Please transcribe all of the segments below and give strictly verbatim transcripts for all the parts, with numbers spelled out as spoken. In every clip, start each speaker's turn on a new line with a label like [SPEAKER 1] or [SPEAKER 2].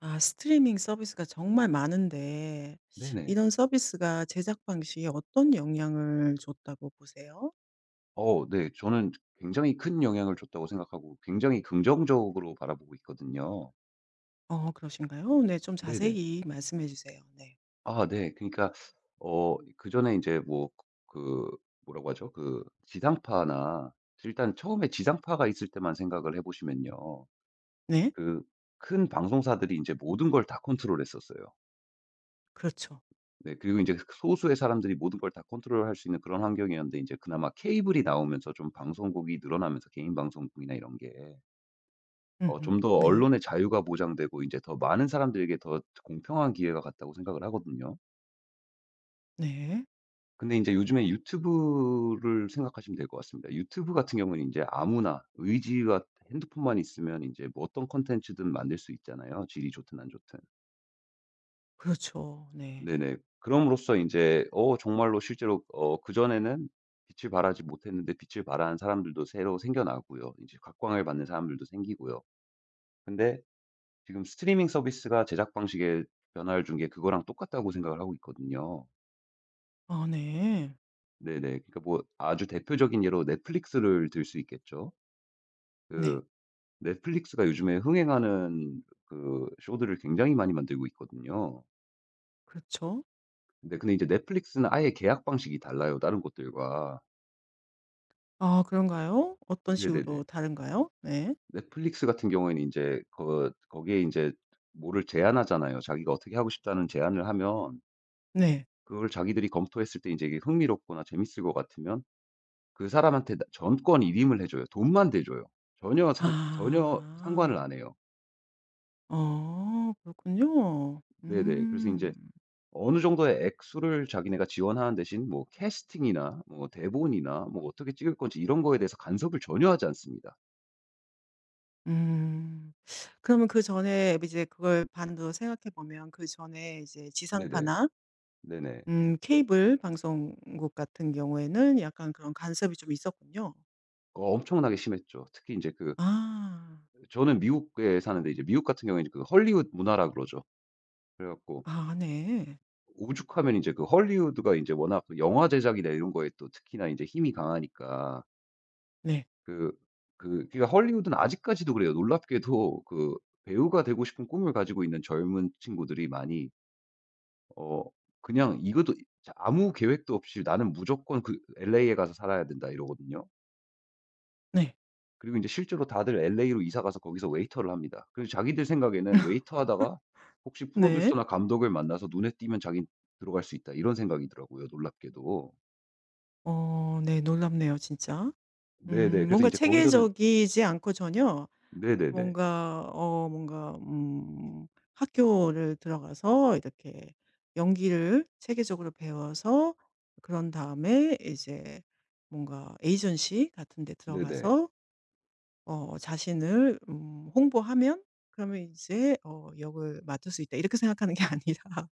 [SPEAKER 1] 아 스트리밍 서비스가 정말 많은데
[SPEAKER 2] 네네.
[SPEAKER 1] 이런 서비스가 제작 방식에 어떤 영향을 줬다고 보세요?
[SPEAKER 2] 어 네. 저는 굉장히 큰 영향을 줬다고 생각하고 굉장히 긍정적으로 바라보고 있거든요.
[SPEAKER 1] 어 그러신가요? 네, 좀
[SPEAKER 2] 네네.
[SPEAKER 1] 자세히 말씀해 주세요. 네.
[SPEAKER 2] 아 네. 그러니까 어 그전에 이제 뭐 그 뭐라고 하죠? 그 지상파나 일단 처음에 지상파가 있을 때만 생각을 해 보시면요.
[SPEAKER 1] 네.
[SPEAKER 2] 그 큰 방송사들이 이제 모든 걸 다 컨트롤했었어요.
[SPEAKER 1] 그렇죠.
[SPEAKER 2] 네. 그리고 이제 소수의 사람들이 모든 걸 다 컨트롤할 수 있는 그런 환경이었는데 이제 그나마 케이블이 나오면서 좀 방송국이 늘어나면서 개인 방송국이나 이런 게 어
[SPEAKER 1] 음,
[SPEAKER 2] 좀 더
[SPEAKER 1] 네.
[SPEAKER 2] 언론의 자유가 보장되고 이제 더 많은 사람들에게 더 공평한 기회가 갔다고 생각을 하거든요.
[SPEAKER 1] 네.
[SPEAKER 2] 근데 이제 요즘에 유튜브를 생각하시면 될 것 같습니다. 유튜브 같은 경우는 이제 아무나 의지와 핸드폰만 있으면 이제 뭐 어떤 콘텐츠든 만들 수 있잖아요, 질이 좋든 안 좋든.
[SPEAKER 1] 그렇죠. 네.
[SPEAKER 2] 네네. 그럼으로써 이제 어 정말로 실제로 어 그전에는 빛을 발하지 못했는데 빛을 발하는 사람들도 새로 생겨나고요. 이제 각광을 받는 사람들도 생기고요. 근데 지금 스트리밍 서비스가 제작 방식의 변화를 준 게 그거랑 똑같다고 생각을 하고 있거든요.
[SPEAKER 1] 아, 네.
[SPEAKER 2] 네네. 그러니까 뭐 아주 대표적인 예로 넷플릭스를 들 수 있겠죠.
[SPEAKER 1] 네.
[SPEAKER 2] 그 넷플릭스가 요즘에 흥행하는 그 쇼들을 굉장히 많이 만들고 있거든요.
[SPEAKER 1] 그렇죠.
[SPEAKER 2] 네 근데 이제 넷플릭스는 아예 계약 방식이 달라요, 다른 곳들과.
[SPEAKER 1] 아, 그런가요? 어떤
[SPEAKER 2] 네네네.
[SPEAKER 1] 식으로 다른가요? 네.
[SPEAKER 2] 넷플릭스 같은 경우에는 이제 그 거기에 이제 뭐를 제안하잖아요. 자기가 어떻게 하고 싶다는 제안을 하면
[SPEAKER 1] 네.
[SPEAKER 2] 그걸 자기들이 검토했을 때 이제 이게 흥미롭거나 재밌을 것 같으면 그 사람한테 나 전권 이임을 해 줘요. 돈만 대줘요. 전혀 상 전혀 상관을
[SPEAKER 1] 아.
[SPEAKER 2] 안 해요.
[SPEAKER 1] 어, 그렇군요.
[SPEAKER 2] 네네. 그래서 이제
[SPEAKER 1] 음.
[SPEAKER 2] 어느 정도의 액수를 자기네가 지원하는 대신 뭐 캐스팅이나 뭐 대본이나 뭐 어떻게 찍을 건지 이런 거에 대해서 간섭을 전혀 하지 않습니다.
[SPEAKER 1] 음. 그러면 그전에 이제 그걸 반대로 생각해 보면 그전에 이제
[SPEAKER 2] 네네.
[SPEAKER 1] 지상파나
[SPEAKER 2] 네네.
[SPEAKER 1] 음, 케이블 방송국 같은 경우에는 약간 그런 간섭이 좀 있었군요.
[SPEAKER 2] 어 엄청나게 심했죠. 특히 이제 그
[SPEAKER 1] 아.
[SPEAKER 2] 저는 미국에 사는데 이제 미국 같은 경우에는 그 헐리우드 문화라 그러죠. 그래 갖고
[SPEAKER 1] 아 네.
[SPEAKER 2] 오죽하면 이제 그 헐리우드가 이제 워낙 그 영화 제작이나 이런 거에 또 특히나 이제 힘이 강하니까
[SPEAKER 1] 네.
[SPEAKER 2] 그 그 그러니까 헐리우드는 아직까지도 그래요. 놀랍게도 그 배우가 되고 싶은 꿈을 가지고 있는 젊은 친구들이 많이 어 그냥 이것도 자 아무 계획도 없이 "나는 무조건 그 엘에이에 가서 살아야 된다." 이러거든요.
[SPEAKER 1] 네.
[SPEAKER 2] 그리고 이제 실제로 다들 엘에이로 이사 가서 거기서 웨이터를 합니다. 그래서 자기들 생각에는 웨이터 하다가 혹시
[SPEAKER 1] 네.
[SPEAKER 2] 프로듀서나 감독을 만나서 눈에 띄면 자기는 들어갈 수 있다 이런 생각이더라고요, 놀랍게도.
[SPEAKER 1] 어, 네 놀랍네요 진짜.
[SPEAKER 2] 네네.
[SPEAKER 1] 음,
[SPEAKER 2] 그래서 이
[SPEAKER 1] 뭔가
[SPEAKER 2] 제 거기서는
[SPEAKER 1] 체계적이지 않고 전혀
[SPEAKER 2] 네네네.
[SPEAKER 1] 뭔가 어 뭔가 음, 학교를 들어가서 이렇게 연기를 체계적으로 배워서 그런 다음에 이제 뭔가 에이전시 같은 데
[SPEAKER 2] 네네.
[SPEAKER 1] 들어가서 어 자신을 음, 홍보하면 그러면 이제 어 '역을 맡을 수 있다.' 이렇게 생각하는 게 아니라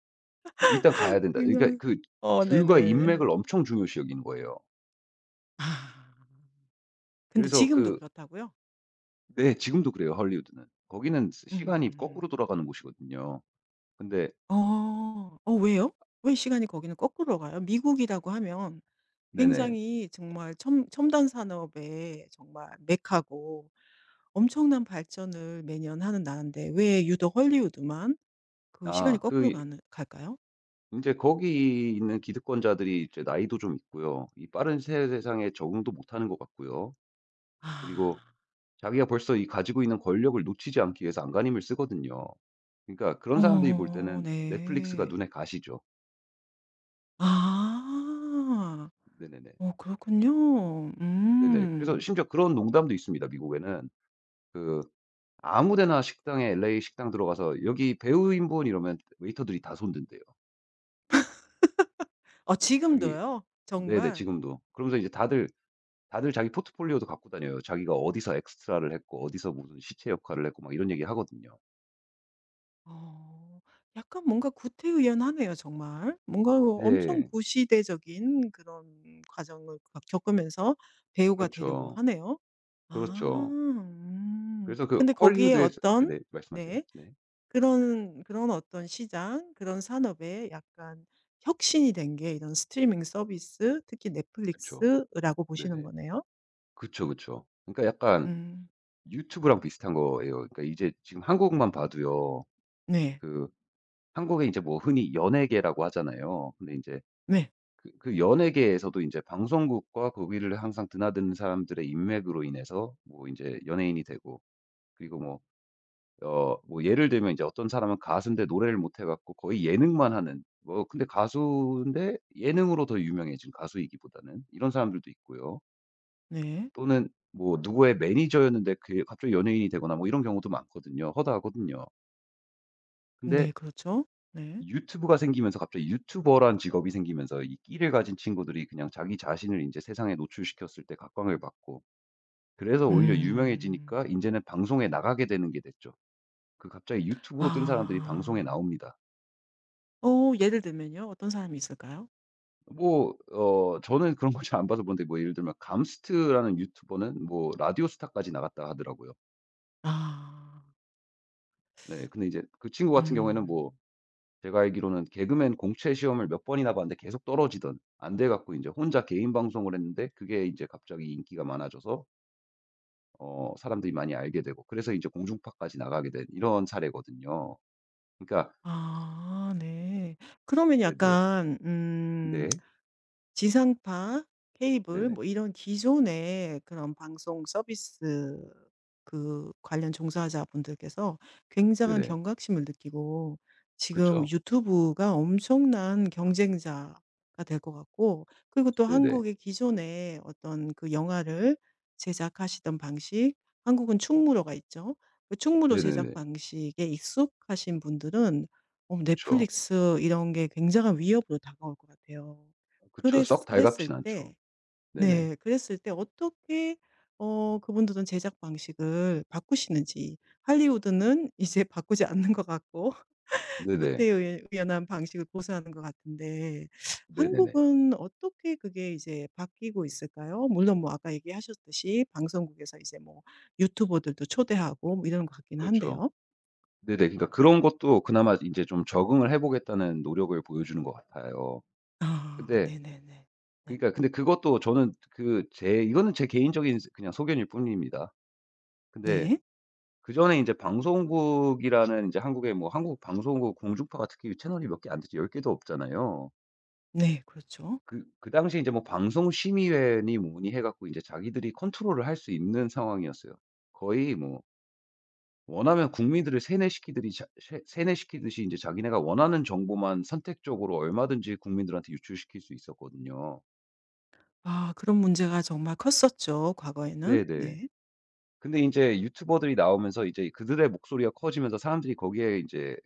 [SPEAKER 2] 일단 가야 된다. 그러니까
[SPEAKER 1] 그냥
[SPEAKER 2] 그
[SPEAKER 1] 어
[SPEAKER 2] 줄과
[SPEAKER 1] 네네.
[SPEAKER 2] 인맥을 엄청 중요시 여기는 거예요.
[SPEAKER 1] 아, 근데
[SPEAKER 2] 그래서
[SPEAKER 1] 지금도
[SPEAKER 2] 그
[SPEAKER 1] 그렇다고요?
[SPEAKER 2] 네 지금도 그래요 할리우드는. 거기는 스 시간이 거꾸로
[SPEAKER 1] 음.
[SPEAKER 2] 돌아가는 곳이거든요. 근데
[SPEAKER 1] 어. 어, 왜요? 왜 시간이 거기는 거꾸로 가요? 미국이라고 하면
[SPEAKER 2] 네네.
[SPEAKER 1] 굉장히 정말 첨 첨단 산업의 정말 메카고 엄청난 발전을 매년 하는 나라인데 왜 유독 헐리우드만 그 시간이
[SPEAKER 2] 아 그 이
[SPEAKER 1] 거꾸로 가는 갈까요?
[SPEAKER 2] 인제 거기 있는 기득권자들이 이제 나이도 좀 있고요. 이 빠른 새 세상에 적응도 못하는 것 같고요. 그리고
[SPEAKER 1] 아.
[SPEAKER 2] 자기가 벌써 이 가지고 있는 권력을 놓치지 않기 위해서 안간힘을 쓰거든요. 그러니까 그런 사람들이 볼
[SPEAKER 1] 어
[SPEAKER 2] 때는 넷플릭스가
[SPEAKER 1] 네.
[SPEAKER 2] 눈에 가시죠.
[SPEAKER 1] 아.
[SPEAKER 2] 네네네.
[SPEAKER 1] 어, 그렇군요.
[SPEAKER 2] 네네. 그래서
[SPEAKER 1] 음.
[SPEAKER 2] 심지어 그런 농담도 있습니다 미국에는. 그 아무 데나 식당에 엘에이 식당 들어가서 "여기 배우 인분." 이러면 웨이터들이 다 손든대요.
[SPEAKER 1] 어,
[SPEAKER 2] 자기
[SPEAKER 1] 지금도요?
[SPEAKER 2] 네네
[SPEAKER 1] 정말?
[SPEAKER 2] 지금도. 그러면서 이제 다들, 다들 자기 포트폴리오도 갖고 다녀요. 자기가 어디서 엑스트라를 했고 어디서 무슨 시체 역할을 했고 막 이런 얘기 하거든요.
[SPEAKER 1] 어. 약간 뭔가 구태의연하네요 정말. 뭔가 엄청
[SPEAKER 2] 네.
[SPEAKER 1] 구시대적인 그런 과정을 가 겪으면서 배우가 되려고
[SPEAKER 2] 그렇죠.
[SPEAKER 1] 하네요. 아
[SPEAKER 2] 그렇죠.
[SPEAKER 1] 음.
[SPEAKER 2] 그래서 그
[SPEAKER 1] 근데 거기에
[SPEAKER 2] 헐리우드에서
[SPEAKER 1] 어떤
[SPEAKER 2] 네네. 말씀하세요.
[SPEAKER 1] 네.
[SPEAKER 2] 네.
[SPEAKER 1] 그런 그런 어떤 시장, 그런 산업에 약간 혁신이 된 게 이런 스트리밍 서비스, 특히
[SPEAKER 2] 그쵸.
[SPEAKER 1] 넷플릭스라고 보시는
[SPEAKER 2] 네네.
[SPEAKER 1] 거네요.
[SPEAKER 2] 그쵸, 그쵸. 그러니까 약간
[SPEAKER 1] 음.
[SPEAKER 2] 유튜브랑 비슷한 거예요. 그러니까 이제 지금 한국만 봐도요.
[SPEAKER 1] 네.
[SPEAKER 2] 그 한국에 인제 뭐 흔히 연예계라고 하잖아요. 근데 인제
[SPEAKER 1] 네.
[SPEAKER 2] 그 그 연예계에서도 이제 방송국과 거기를 항상 드나드는 사람들의 인맥으로 인해서 뭐 이제 연예인이 되고 그리고 뭐 어 뭐 예를 들면 이제 어떤 사람은 가수인데 노래를 못해 갖고 거의 예능만 하는 뭐 근데 가수인데 예능으로 더 유명해진 가수이기보다는 이런 사람들도 있고요.
[SPEAKER 1] 네.
[SPEAKER 2] 또는 뭐 누구의 매니저였는데 그 갑자기 연예인이 되거나 뭐 이런 경우도 많거든요. 허다하거든요.
[SPEAKER 1] 네.
[SPEAKER 2] 근데
[SPEAKER 1] 그렇죠. 네.
[SPEAKER 2] 유튜브가 생기면서 갑자기 유튜버란 직업이 생기면서 이 끼를 가진 친구들이 그냥 자기 자신을 인제 세상에 노출시켰을 때 각광을 받고 그래서 오히려
[SPEAKER 1] 음.
[SPEAKER 2] 유명해지니까 인제는 방송에 나가게 되는 게 됐죠. 그 갑자기 유튜브로 뜬 사람들이 방송에
[SPEAKER 1] 아.
[SPEAKER 2] 나옵니다.
[SPEAKER 1] 어, 예를 들면요? 어떤 사람이 있을까요?
[SPEAKER 2] 뭐 어 저는 그런 걸 잘 안 봐서 그런데 뭐 예를 들면 감스트라는 유튜버는 뭐 라디오스타까지 나갔다 하더라고요.
[SPEAKER 1] 아.
[SPEAKER 2] 네. 근데 이제 그 친구 같은 경우에는 뭐
[SPEAKER 1] 음.
[SPEAKER 2] 제가 알기로는 개그맨 공채 시험을 몇 번이나 봤는데 계속 떨어지던 안 돼 갖고 이제 혼자 개인 방송을 했는데 그게 이제 갑자기 인기가 많아져서 어 사람들이 많이 알게 되고 그래서 이제 공중파까지 나가게 된 이런 사례거든요. 그러니까
[SPEAKER 1] 아 네. 그러면
[SPEAKER 2] 네네.
[SPEAKER 1] 약간 음,
[SPEAKER 2] 네.
[SPEAKER 1] 지상파, 케이블
[SPEAKER 2] 네네.
[SPEAKER 1] 뭐 이런 기존의 그런 방송 서비스 그 관련 종사자분들께서 굉장한
[SPEAKER 2] 네네.
[SPEAKER 1] 경각심을 느끼고 지금
[SPEAKER 2] 그쵸.
[SPEAKER 1] 유튜브가 엄청난 경쟁자가 될 것 같고 그리고 또
[SPEAKER 2] 네네.
[SPEAKER 1] 한국의 기존의 어떤 그 영화를 제작하시던 방식, 한국은 충무로가 있죠. 그 충무로 제작
[SPEAKER 2] 네네네.
[SPEAKER 1] 방식에 익숙하신 분들은 어
[SPEAKER 2] 그쵸.
[SPEAKER 1] 넷플릭스 이런 게 굉장한 위협으로 다가올 것 같아요.
[SPEAKER 2] 그쵸.
[SPEAKER 1] 그랬
[SPEAKER 2] 썩
[SPEAKER 1] 그랬을
[SPEAKER 2] 달갑진 않죠.
[SPEAKER 1] 때
[SPEAKER 2] 네네.
[SPEAKER 1] 네, 그랬을 때 어떻게 어 그분들은 제작 방식을 바꾸시는지. 할리우드는 이제 바꾸지 않는 것 같고
[SPEAKER 2] 네네.
[SPEAKER 1] 구태의 연한 방식을 고수하는 것 같은데
[SPEAKER 2] 네네네.
[SPEAKER 1] 한국은 어떻게 그게 이제 바뀌고 있을까요? 물론 뭐 아까 얘기하셨듯이 방송국에서 이제 뭐 유튜버들도 초대하고 뭐 이런 것 같긴
[SPEAKER 2] 그쵸.
[SPEAKER 1] 한데요.
[SPEAKER 2] 네네. 그러니까 그런 것도 그나마 인제 좀 적응을 해 보겠다는 노력을 보여주는 것 같아요.
[SPEAKER 1] 아
[SPEAKER 2] 근데
[SPEAKER 1] 네네네. 네.
[SPEAKER 2] 그러니까 근데 그것도 저는 그 제 이거는 제 개인적인 스 그냥 소견일 뿐입니다. 근데
[SPEAKER 1] 네.
[SPEAKER 2] 그전에 인제 방송국이라는 인제 한국의 뭐 한국 방송국 공중파가 특히 채널이 몇 개 안 되죠. 열 개도 없잖아요.
[SPEAKER 1] 네 그렇죠.
[SPEAKER 2] 그 그 당시에 인제 뭐 방송심의회니 뭐니 해 갖고 인제 자기들이 컨트롤을 할 수 있는 상황이었어요. 거의 뭐 원하면 국민들을 세뇌시키듯이 자 세 세뇌시키듯이 인제 자기네가 원하는 정보만 선택적으로 얼마든지 국민들한테 유출시킬 수 있었거든요.
[SPEAKER 1] 아, 그런 문제가 정말 컸었죠 과거에는.
[SPEAKER 2] 네네.
[SPEAKER 1] 네.
[SPEAKER 2] 근데 인제 유튜버들이 나오면서 이제 그들의 목소리가 커지면서 사람들이 거기에 인제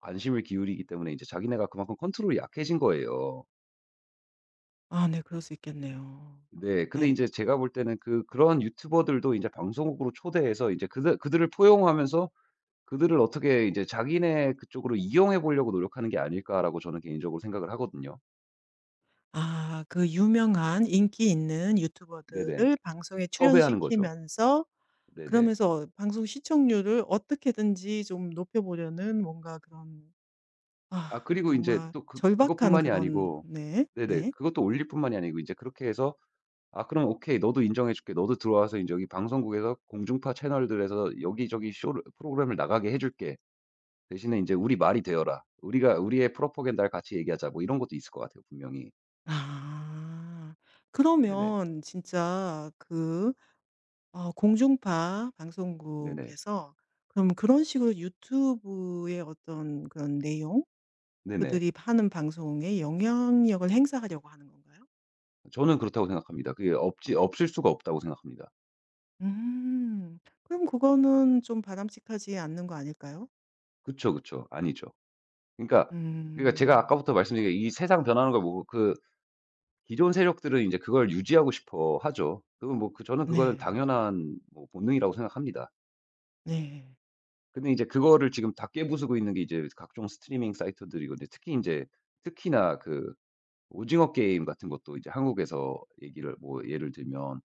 [SPEAKER 2] 관심을 기울이기 때문에 이제 자기네가 그만큼 컨트롤이 약해진 거예요.
[SPEAKER 1] 아 네. 그럴 수 있겠네요.
[SPEAKER 2] 네. 근데
[SPEAKER 1] 네.
[SPEAKER 2] 인제 제가 볼 때는 그 그런 유튜버들도 인제 방송국으로 초대해서 이제 그들 그들을 포용하면서 그들을 어떻게 이제 '자기네 그쪽으로 이용해 보려고 노력하는 게 아닐까.'라고 저는 개인적으로 생각을 하거든요.
[SPEAKER 1] 아, 그 유명한 인기 있는
[SPEAKER 2] 네네.
[SPEAKER 1] 유튜버들을 방송에
[SPEAKER 2] 섭외하는 거죠.
[SPEAKER 1] 출연시키면서
[SPEAKER 2] 네네.
[SPEAKER 1] 그러면서 방송 시청률을 어떻게든지 좀 높여 보려는 뭔가 그런,
[SPEAKER 2] 아
[SPEAKER 1] 아
[SPEAKER 2] 그리고 인제
[SPEAKER 1] 정말
[SPEAKER 2] 또 그
[SPEAKER 1] 절박한
[SPEAKER 2] 그것뿐만이
[SPEAKER 1] 그런.
[SPEAKER 2] 아니고
[SPEAKER 1] 네.
[SPEAKER 2] 네네.
[SPEAKER 1] 네.
[SPEAKER 2] 그것도 올릴 뿐만이 아니고 인제 그렇게 해서 아 그럼 오케이. 너도 인정해 줄게. 너도 들어와서 인제 여기 방송국에서 공중파 채널들에서 여기저기 쇼를 프로그램을 나가게 해 줄게. 대신에 이제 우리 말이 되어라. 우리가 우리의 프로포간다를 같이 얘기하자. 뭐 이런 것도 있을 것 같아요 분명히.
[SPEAKER 1] 아.
[SPEAKER 2] 네네.
[SPEAKER 1] 그러면 진짜 그 어 공중파
[SPEAKER 2] 네네.
[SPEAKER 1] 방송국에서 그럼 그런 식으로 유튜브의 어떤 그런 내용,
[SPEAKER 2] 네네.
[SPEAKER 1] 그들이 하는 방송에 영향력을 행사하려고 하는 건가요?
[SPEAKER 2] 저는 그렇다고 생각합니다. 그게 없지 없을 수가 없다고 생각합니다.
[SPEAKER 1] 음. 그럼 그거는 좀 바람직하지 않는 거 아닐까요?
[SPEAKER 2] 그쵸, 그쵸. 아니죠. 그러니까, 그러니까 제가
[SPEAKER 1] 음.
[SPEAKER 2] 아까부터 말씀드린 게 이 세상 변하는 걸 보고 그 기존 세력들은 이제 그걸 유지하고 싶어 하죠. 그건 뭐 그 저는 그거는
[SPEAKER 1] 네.
[SPEAKER 2] 당연한 뭐 본능이라고 생각합니다.
[SPEAKER 1] 네.
[SPEAKER 2] 근데 이제 그거를 지금 다 깨부수고 있는 게 이제 각종 스트리밍 사이트들이고 근데 특히 이제 특히나 그 오징어 게임 같은 것도 이제 한국에서 얘기를 뭐 예를 들면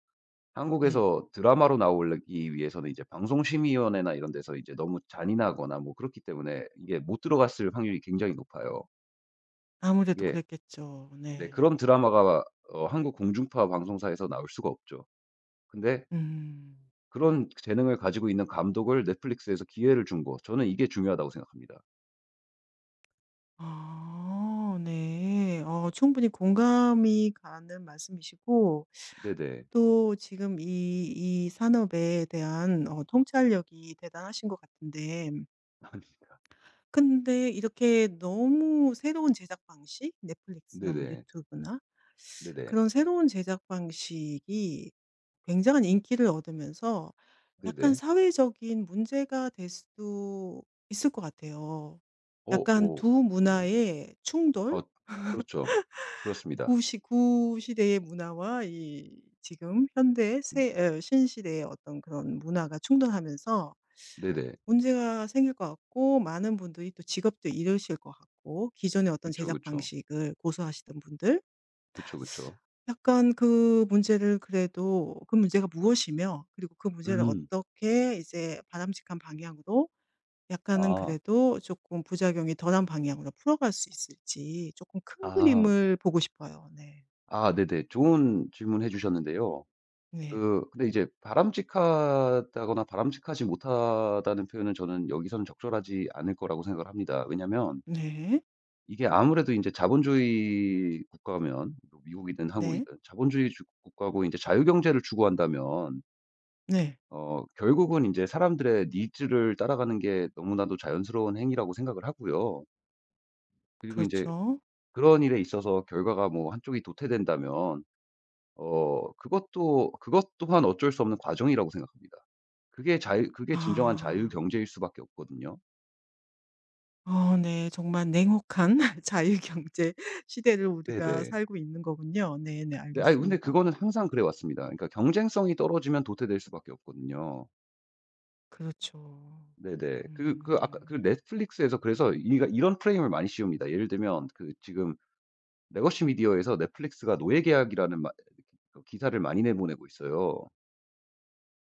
[SPEAKER 1] 네.
[SPEAKER 2] 한국에서 드라마로 나오기 위해서는 이제 방송심의위원회나 이런 데서 이제 너무 잔인하거나 뭐 그렇기 때문에 이게 못 들어갔을 확률이 굉장히 높아요.
[SPEAKER 1] 아무래도
[SPEAKER 2] 그게
[SPEAKER 1] 그랬겠죠.
[SPEAKER 2] 네
[SPEAKER 1] 네.
[SPEAKER 2] 그런 드라마가 어 한국 공중파 방송사에서 나올 수가 없죠. 근데
[SPEAKER 1] 음.
[SPEAKER 2] 그런 재능을 가지고 있는 감독을 넷플릭스에서 기회를 준 거 저는 이게 중요하다고 생각합니다.
[SPEAKER 1] 아 네. 어, 충분히 공감이 가는 말씀이시고
[SPEAKER 2] 네네.
[SPEAKER 1] 또 지금 이 이 산업에 대한 어 통찰력이 대단하신 것 같은데,
[SPEAKER 2] 아니
[SPEAKER 1] 근데 이렇게 너무 새로운 제작 방식, 넷플릭스나 뭐
[SPEAKER 2] 네네.
[SPEAKER 1] 유튜브나
[SPEAKER 2] 네네.
[SPEAKER 1] 그런 새로운 제작 방식이 굉장한 인기를 얻으면서 약간
[SPEAKER 2] 네네.
[SPEAKER 1] 사회적인 문제가 될 수도 있을 것 같아요.
[SPEAKER 2] 어
[SPEAKER 1] 약간
[SPEAKER 2] 어.
[SPEAKER 1] 두
[SPEAKER 2] 네.
[SPEAKER 1] 문화의 충돌,
[SPEAKER 2] 아 그렇죠. 그렇습니다.
[SPEAKER 1] 구시 구시대의 문화와 이 지금 현대
[SPEAKER 2] 음
[SPEAKER 1] 새 에, 신시대의 어떤 그런 문화가 충돌하면서
[SPEAKER 2] 네네.
[SPEAKER 1] 문제가 생길 것 같고, 많은 분들이 또 직업도 잃으실 것 같고, 기존의 어떤
[SPEAKER 2] 그쵸,
[SPEAKER 1] 제작
[SPEAKER 2] 그쵸.
[SPEAKER 1] 방식을 고수하시던 분들
[SPEAKER 2] 그쵸, 그쵸.
[SPEAKER 1] 약간 그 문제를, 그래도 그 문제가 무엇이며 그리고 그 문제를
[SPEAKER 2] 음.
[SPEAKER 1] 어떻게 이제 바람직한 방향으로, 약간은
[SPEAKER 2] 아.
[SPEAKER 1] 그래도 조금 부작용이 덜한 방향으로 풀어갈 수 있을지 조금 큰
[SPEAKER 2] 아.
[SPEAKER 1] 그림을 보고 싶어요. 네.
[SPEAKER 2] 아 네네. 좋은 질문 해 주셨는데요.
[SPEAKER 1] 네.
[SPEAKER 2] 그 근데 이제 바람직하다거나 바람직하지 못하다는 표현은 저는 여기서는 적절하지 않을 거라고 생각을 합니다. 왜냐면
[SPEAKER 1] 네.
[SPEAKER 2] 이게 아무래도 인제 자본주의 국가면 뭐 미국이든
[SPEAKER 1] 네.
[SPEAKER 2] 한국이든 자본주의 주 국가고 인제 자유경제를 추구한다면
[SPEAKER 1] 네.
[SPEAKER 2] 어 결국은 이제 사람들의 니즈를 따라가는 게 너무나도 자연스러운 행위라고 생각을 하고요. 그리고 이제
[SPEAKER 1] 그렇죠.
[SPEAKER 2] 그런 일에 있어서 결과가 뭐 한쪽이 도태된다면 어 그것도 그것 또한 어쩔 수 없는 과정이라고 생각합니다. 그게 자유 그게 진정한 자유
[SPEAKER 1] 아.
[SPEAKER 2] 경제일 수밖에 없거든요.
[SPEAKER 1] 어 네. 정말 냉혹한 자유경제 시대를 우리가
[SPEAKER 2] 네네.
[SPEAKER 1] 살고 있는 거군요. 네네.
[SPEAKER 2] 네 아이 근데
[SPEAKER 1] 알겠습니다.
[SPEAKER 2] 그거는 항상 그래 왔습니다. 그러니까 경쟁성이 떨어지면 도태될 수밖에 없거든요.
[SPEAKER 1] 그렇죠.
[SPEAKER 2] 네네. 그 그 아까 그
[SPEAKER 1] 음.
[SPEAKER 2] 넷플릭스에서 그래서 이 이런 프레임을 많이 씌웁니다. 예를 들면 그 지금 레거시 미디어에서 넷플릭스가 노예 계약이라는 마 그 기사를 많이 내보내고 있어요.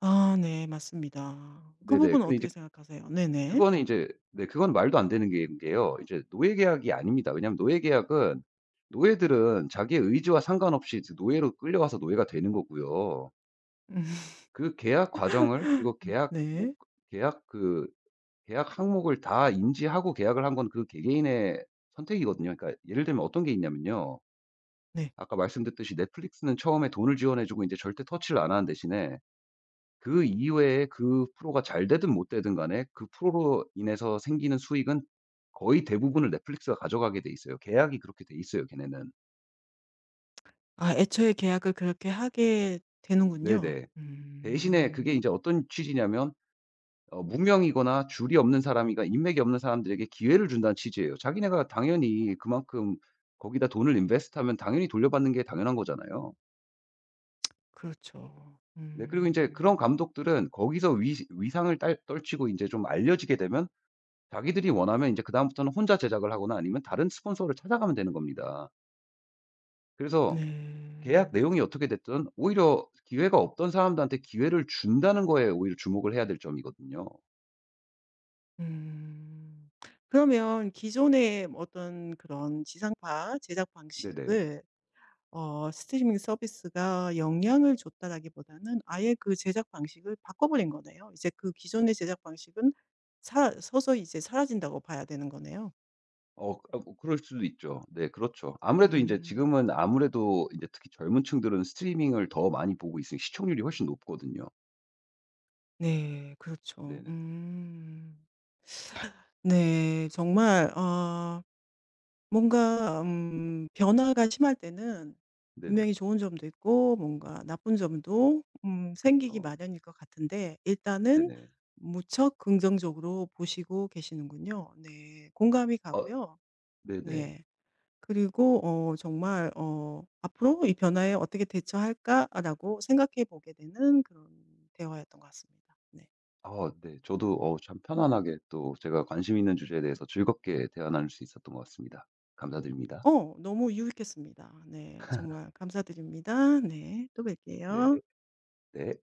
[SPEAKER 1] 아 네. 맞습니다. 그
[SPEAKER 2] 네네.
[SPEAKER 1] 부분은
[SPEAKER 2] 근데 이제
[SPEAKER 1] 어떻게 생각하세요? 네네.
[SPEAKER 2] 그거는 이제 네 그건 말도 안 되는 게 게요. 이제 노예 계약이 아닙니다. 왜냐하면 노예 계약은 노예들은 자기의 의지와 상관없이 이제 노예로 끌려와서 노예가 되는 거고요.
[SPEAKER 1] 음.
[SPEAKER 2] 그 계약 과정을 그리고 계약 목
[SPEAKER 1] 네.
[SPEAKER 2] 계약 그 계약 항목을 다 인지하고 계약을 한 건 그 개개인의 선택이거든요. 그러니까 예를 들면 어떤 게 있냐면요.
[SPEAKER 1] 네.
[SPEAKER 2] 아까 말씀드렸듯이 넷플릭스는 처음에 돈을 지원해 주고 이제 절대 터치를 안 하는 대신에 그 이외에 그 프로가 잘 되든 못 되든 간에 그 프로로 인해서 생기는 수익은 거의 대부분을 넷플릭스가 가져가게 돼 있어요. 계약이 그렇게 돼 있어요, 걔네는.
[SPEAKER 1] 아, 애초에 계약을 그렇게 하게 되는군요.
[SPEAKER 2] 네네. 대신에 그게 이
[SPEAKER 1] 음.
[SPEAKER 2] 제 어떤 취지냐면 어 무명이거나 줄이 없는 사람이가 인맥이 없는 사람들에게 기회를 준다는 취지예요. 자기네가 당연히 그만큼 거기다 돈을 인베스트하면 당연히 돌려받는 게 당연한 거잖아요.
[SPEAKER 1] 그렇죠.
[SPEAKER 2] 네 그리고 이제 그런
[SPEAKER 1] 음.
[SPEAKER 2] 감독들은 거기서 위 위상을 딸 떨치고 이제 좀 알려지게 되면 자기들이 원하면 이제 그다음부터는 혼자 제작을 하거나 아니면 다른 스폰서를 찾아가면 되는 겁니다. 그래서
[SPEAKER 1] 네.
[SPEAKER 2] 계약 내용이 어떻게 됐든 오히려 기회가 없던 사람들한테 기회를 준다는 거에 오히려 주목을 해야 될 점이거든요.
[SPEAKER 1] 음. 그러면 기존의 어떤 그런 지상파 제작
[SPEAKER 2] 네네.
[SPEAKER 1] 방식을 어 스트리밍 서비스가 영향을 줬다라기보다는 아예 그 제작 방식을 바꿔버린 거네요. 이제 그 기존의 제작 방식은 사 서서히 이제 사라진다고 봐야 되는 거네요.
[SPEAKER 2] 어 아 뭐 그럴 수도 있죠. 네 그렇죠. 아무래도 이제
[SPEAKER 1] 음.
[SPEAKER 2] 지금은 아무래도 이제 특히 젊은 층들은 스트리밍을 더 많이 보고 있으니 시청률이 훨씬 높거든요.
[SPEAKER 1] 네. 그렇죠.
[SPEAKER 2] 네네.
[SPEAKER 1] 음. 네. 정말 어, 뭔가 음, 변화가 심할 때는
[SPEAKER 2] 네네.
[SPEAKER 1] 분명히 좋은 점도 있고 뭔가 나쁜 점도 음, 생기기
[SPEAKER 2] 그쵸.
[SPEAKER 1] 마련일 것 같은데, 일단은
[SPEAKER 2] 네네.
[SPEAKER 1] 무척 긍정적으로 보시고 계시는군요. 네. 공감이
[SPEAKER 2] 어
[SPEAKER 1] 가고요.
[SPEAKER 2] 네네.
[SPEAKER 1] 네. 그리고 어 정말 어 '앞으로 이 변화에 어떻게 대처할까?'라고 생각해 보게 되는 그런 대화였던 것 같습니다. 네.
[SPEAKER 2] 아 네. 저도 어 참 편안하게 또 제가 관심 있는 주제에 대해서 즐겁게 대화 나눌 수 있었던 것 같습니다. 감사드립니다.
[SPEAKER 1] 어, 너무 유익했습니다. 네. 정말 감사드립니다. 네. 또
[SPEAKER 2] 네.
[SPEAKER 1] 뵐게요.
[SPEAKER 2] 네.